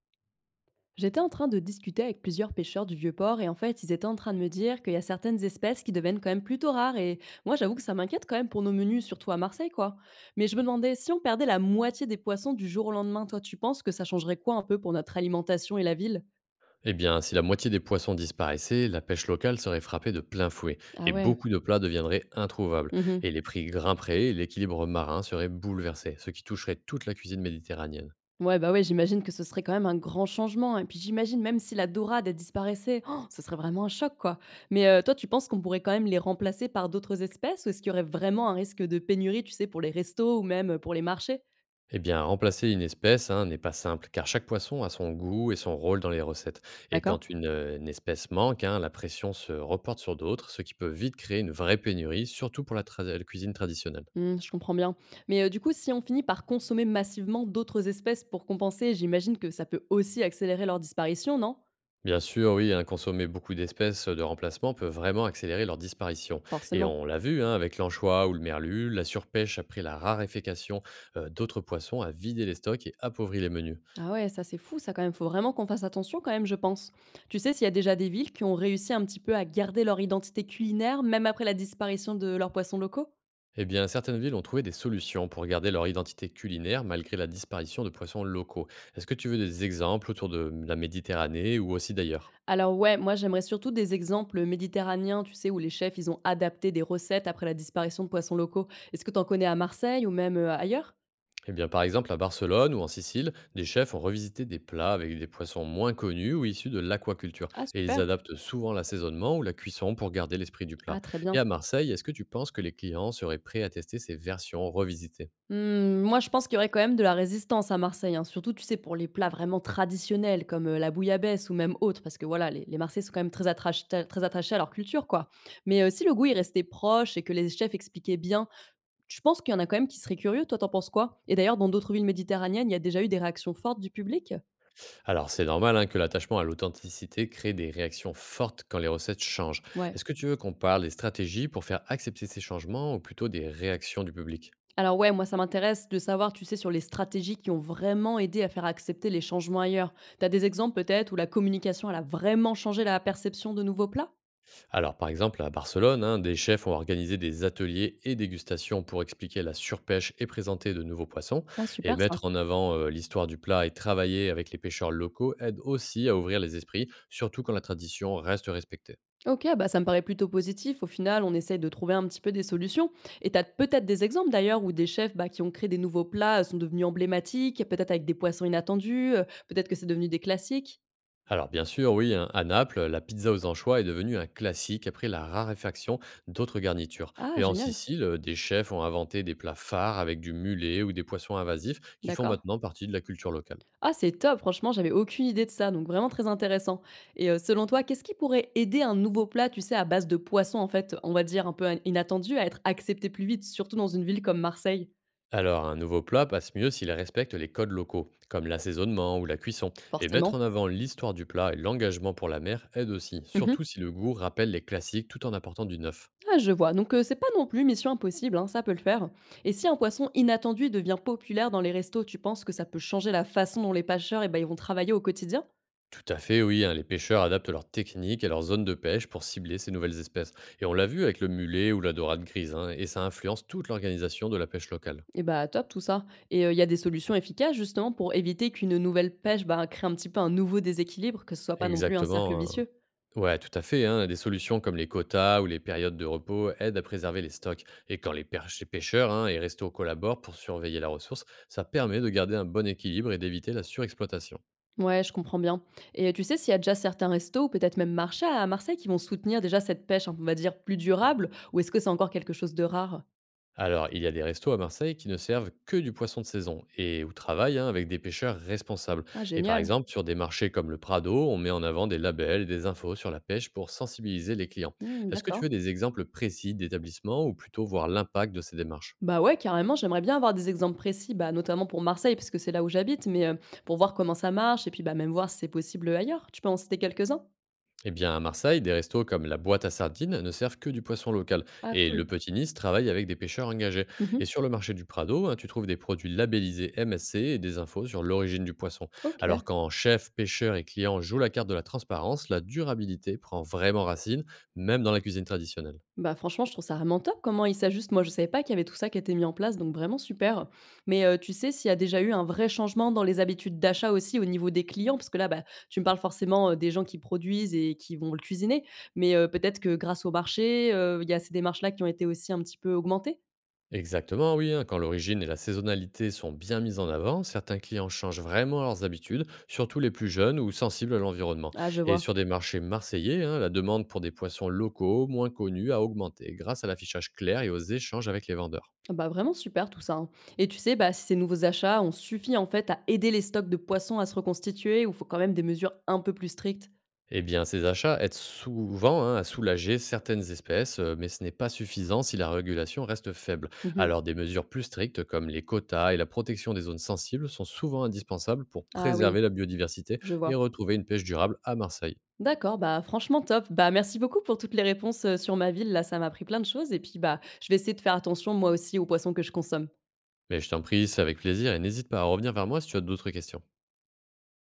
J'étais en train de discuter avec plusieurs pêcheurs du Vieux-Port et en fait, ils étaient en train de me dire qu'il y a certaines espèces qui deviennent quand même plutôt rares. Et moi, j'avoue que ça m'inquiète quand même pour nos menus, surtout à Marseille, quoi. Mais je me demandais, si on perdait la moitié des poissons du jour au lendemain, toi, tu penses que ça changerait quoi un peu pour notre alimentation et la ville? Eh bien, si la moitié des poissons disparaissait, la pêche locale serait frappée de plein fouet Ah et ouais. beaucoup de plats deviendraient introuvables. Mhm. Et les prix grimperaient et l'équilibre marin serait bouleversé, ce qui toucherait toute la cuisine méditerranéenne. Ouais, bah ouais, j'imagine que ce serait quand même un grand changement. Et puis j'imagine, même si la dorade elle disparaissait, oh, ce serait vraiment un choc, quoi. Mais toi, tu penses qu'on pourrait quand même les remplacer par d'autres espèces, ou est-ce qu'il y aurait vraiment un risque de pénurie, tu sais, pour les restos ou même pour les marchés? Eh bien, remplacer une espèce hein, n'est pas simple, car chaque poisson a son goût et son rôle dans les recettes. Et D'accord. quand une espèce manque, hein, la pression se reporte sur d'autres, ce qui peut vite créer une vraie pénurie, surtout pour la cuisine traditionnelle. Mmh, je comprends bien. Mais, du coup, si on finit par consommer massivement d'autres espèces pour compenser, j'imagine que ça peut aussi accélérer leur disparition, non? Bien sûr, oui, hein, consommer beaucoup d'espèces de remplacement peut vraiment accélérer leur disparition. Et Forcément. on l'a vu hein, avec l'anchois ou le merlu, la surpêche après la raréfaction d'autres poissons a vidé les stocks et appauvri les menus. Ah ouais, ça c'est fou ça quand même, faut vraiment qu'on fasse attention quand même, je pense. Tu sais s'il y a déjà des villes qui ont réussi un petit peu à garder leur identité culinaire, même après la disparition de leurs poissons locaux? Eh bien, certaines villes ont trouvé des solutions pour garder leur identité culinaire malgré la disparition de poissons locaux. Est-ce que tu veux des exemples autour de la Méditerranée ou aussi d'ailleurs? Alors ouais, moi j'aimerais surtout des exemples méditerranéens, tu sais, où les chefs, ils ont adapté des recettes après la disparition de poissons locaux. Est-ce que tu en connais à Marseille ou même, ailleurs? Eh bien, par exemple, à Barcelone ou en Sicile, des chefs ont revisité des plats avec des poissons moins connus ou issus de l'aquaculture. Ah Et ils super. adaptent souvent l'assaisonnement ou la cuisson pour garder l'esprit du plat. Ah très Et bien. à Marseille, est-ce que tu penses que les clients seraient prêts à tester ces versions revisitées? Mmh, moi, je pense qu'il y aurait quand même de la résistance à Marseille, hein. Surtout, tu sais, pour les plats vraiment traditionnels comme, la bouillabaisse ou même autres, parce que voilà, les Marseillais sont quand même très attrach ta très attachés à leur culture, quoi. Mais, si le goût, il restait proche et que les chefs expliquaient bien, je pense qu'il y en a quand même qui seraient curieux. Toi, t'en penses quoi? Et d'ailleurs, dans d'autres villes méditerranéennes, il y a déjà eu des réactions fortes du public? Alors, c'est normal hein, que l'attachement à l'authenticité crée des réactions fortes quand les recettes changent. Ouais. Est-ce que tu veux qu'on parle des stratégies pour faire accepter ces changements ou plutôt des réactions du public? Alors ouais, moi, ça m'intéresse de savoir, tu sais, sur les stratégies qui ont vraiment aidé à faire accepter les changements ailleurs. T'as des exemples peut-être où la communication, elle a vraiment changé la perception de nouveaux plats? Alors, par exemple, à Barcelone, hein, des chefs ont organisé des ateliers et dégustations pour expliquer la surpêche et présenter de nouveaux poissons. Ah Et super ça. mettre en avant l'histoire du plat et travailler avec les pêcheurs locaux aide aussi à ouvrir les esprits, surtout quand la tradition reste respectée. Ok, bah ça me paraît plutôt positif. Au final, on essaye de trouver un petit peu des solutions. Et tu as peut-être des exemples d'ailleurs où des chefs, bah, qui ont créé des nouveaux plats sont devenus emblématiques, peut-être avec des poissons inattendus, peut-être que c'est devenu des classiques. Alors, bien sûr, oui, hein, à Naples, la pizza aux anchois est devenue un classique après la raréfaction d'autres garnitures. Ah, Et en génial, Sicile, des chefs ont inventé des plats phares avec du mulet ou des poissons invasifs qui font d'accord. maintenant partie de la culture locale. Ah, c'est top, franchement, j'avais aucune idée de ça, donc vraiment très intéressant. Et selon toi, qu'est-ce qui pourrait aider un nouveau plat, tu sais, à base de poissons, en fait, on va dire un peu inattendu, à être accepté plus vite, surtout dans une ville comme Marseille? Alors, un nouveau plat passe mieux s'il respecte les codes locaux, comme l'assaisonnement ou la cuisson. Et mettre en Forcément. avant l'histoire du plat et l'engagement pour la mer aide aussi, surtout si le goût rappelle les classiques tout en apportant du neuf. Ah, je vois. Donc, c'est pas non plus mission impossible, hein, ça peut le faire. Et si un poisson inattendu devient populaire dans les restos, tu penses que ça peut changer la façon dont les pêcheurs et ben ils vont travailler au quotidien? Tout à fait, oui, hein, les pêcheurs adaptent leurs techniques et leurs zones de pêche pour cibler ces nouvelles espèces. Et on l'a vu avec le mulet ou la dorade grise, hein, et ça influence toute l'organisation de la pêche locale. Et bah, top tout ça. Et il y a des solutions efficaces justement pour éviter qu'une nouvelle pêche, bah, crée un petit peu un nouveau déséquilibre, que ce soit pas non plus un cercle Exactement, hein, vicieux? ouais, tout à fait, hein. Des solutions comme les quotas ou les périodes de repos aident à préserver les stocks. Et quand les pêcheurs hein, et restos collaborent pour surveiller la ressource, ça permet de garder un bon équilibre et d'éviter la surexploitation. Ouais, je comprends bien. Et tu sais s'il y a déjà certains restos ou peut-être même marchés à Marseille qui vont soutenir déjà cette pêche, hein, on va dire, plus durable? Ou est-ce que c'est encore quelque chose de rare? Alors, il y a des restos à Marseille qui ne servent que du poisson de saison et où travaillent hein, avec des pêcheurs responsables. Ah Et par génial. exemple, sur des marchés comme le Prado, on met en avant des labels et des infos sur la pêche pour sensibiliser les clients. Mmh, Est-ce que tu d'accord. veux des exemples précis d'établissements ou plutôt voir l'impact de ces démarches? Bah ouais, carrément, j'aimerais bien avoir des exemples précis, bah, notamment pour Marseille, parce que c'est là où j'habite, mais pour voir comment ça marche et puis bah, même voir si c'est possible ailleurs. Tu peux en citer quelques-uns? Eh bien, à Marseille, des restos comme la Boîte à Sardines ne servent que du poisson local. Ah Et cool. le Petit Nice travaille avec des pêcheurs engagés. Et Mhm. sur le marché du Prado, hein, tu trouves des produits labellisés MSC et des infos sur l'origine du poisson. Ok. Alors quand chef, pêcheur et client jouent la carte de la transparence, la durabilité prend vraiment racine, même dans la cuisine traditionnelle. Bah franchement, je trouve ça vraiment top comment ils s'ajustent. Moi, je savais pas qu'il y avait tout ça qui était mis en place, donc vraiment super. Mais tu sais s'il y a déjà eu un vrai changement dans les habitudes d'achat aussi au niveau des clients, parce que là, bah, tu me parles forcément des gens qui produisent et qui vont le cuisiner, mais peut-être que grâce au marché, il y a ces démarches-là qui ont été aussi un petit peu augmentées. Exactement, oui, hein. Quand l'origine et la saisonnalité sont bien mises en avant, certains clients changent vraiment leurs habitudes, surtout les plus jeunes ou sensibles à l'environnement. Ah, je Et vois. sur des marchés marseillais, hein, la demande pour des poissons locaux moins connus a augmenté grâce à l'affichage clair et aux échanges avec les vendeurs. Ah bah vraiment super tout ça, hein. Et tu sais, bah, si ces nouveaux achats ont suffi en fait à aider les stocks de poissons à se reconstituer, ou faut quand même des mesures un peu plus strictes? Eh bien, ces achats aident souvent hein, à soulager certaines espèces, mais ce n'est pas suffisant si la régulation reste faible. Mhm. Alors, des mesures plus strictes comme les quotas et la protection des zones sensibles sont souvent indispensables pour Ah oui, préserver la biodiversité je et vois. retrouver une pêche durable à Marseille. D'accord, bah franchement top. Bah merci beaucoup pour toutes les réponses sur ma ville. Là, ça m'a appris plein de choses. Et puis bah, je vais essayer de faire attention moi aussi aux poissons que je consomme. Mais je t'en prie, c'est avec plaisir et n'hésite pas à revenir vers moi si tu as d'autres questions.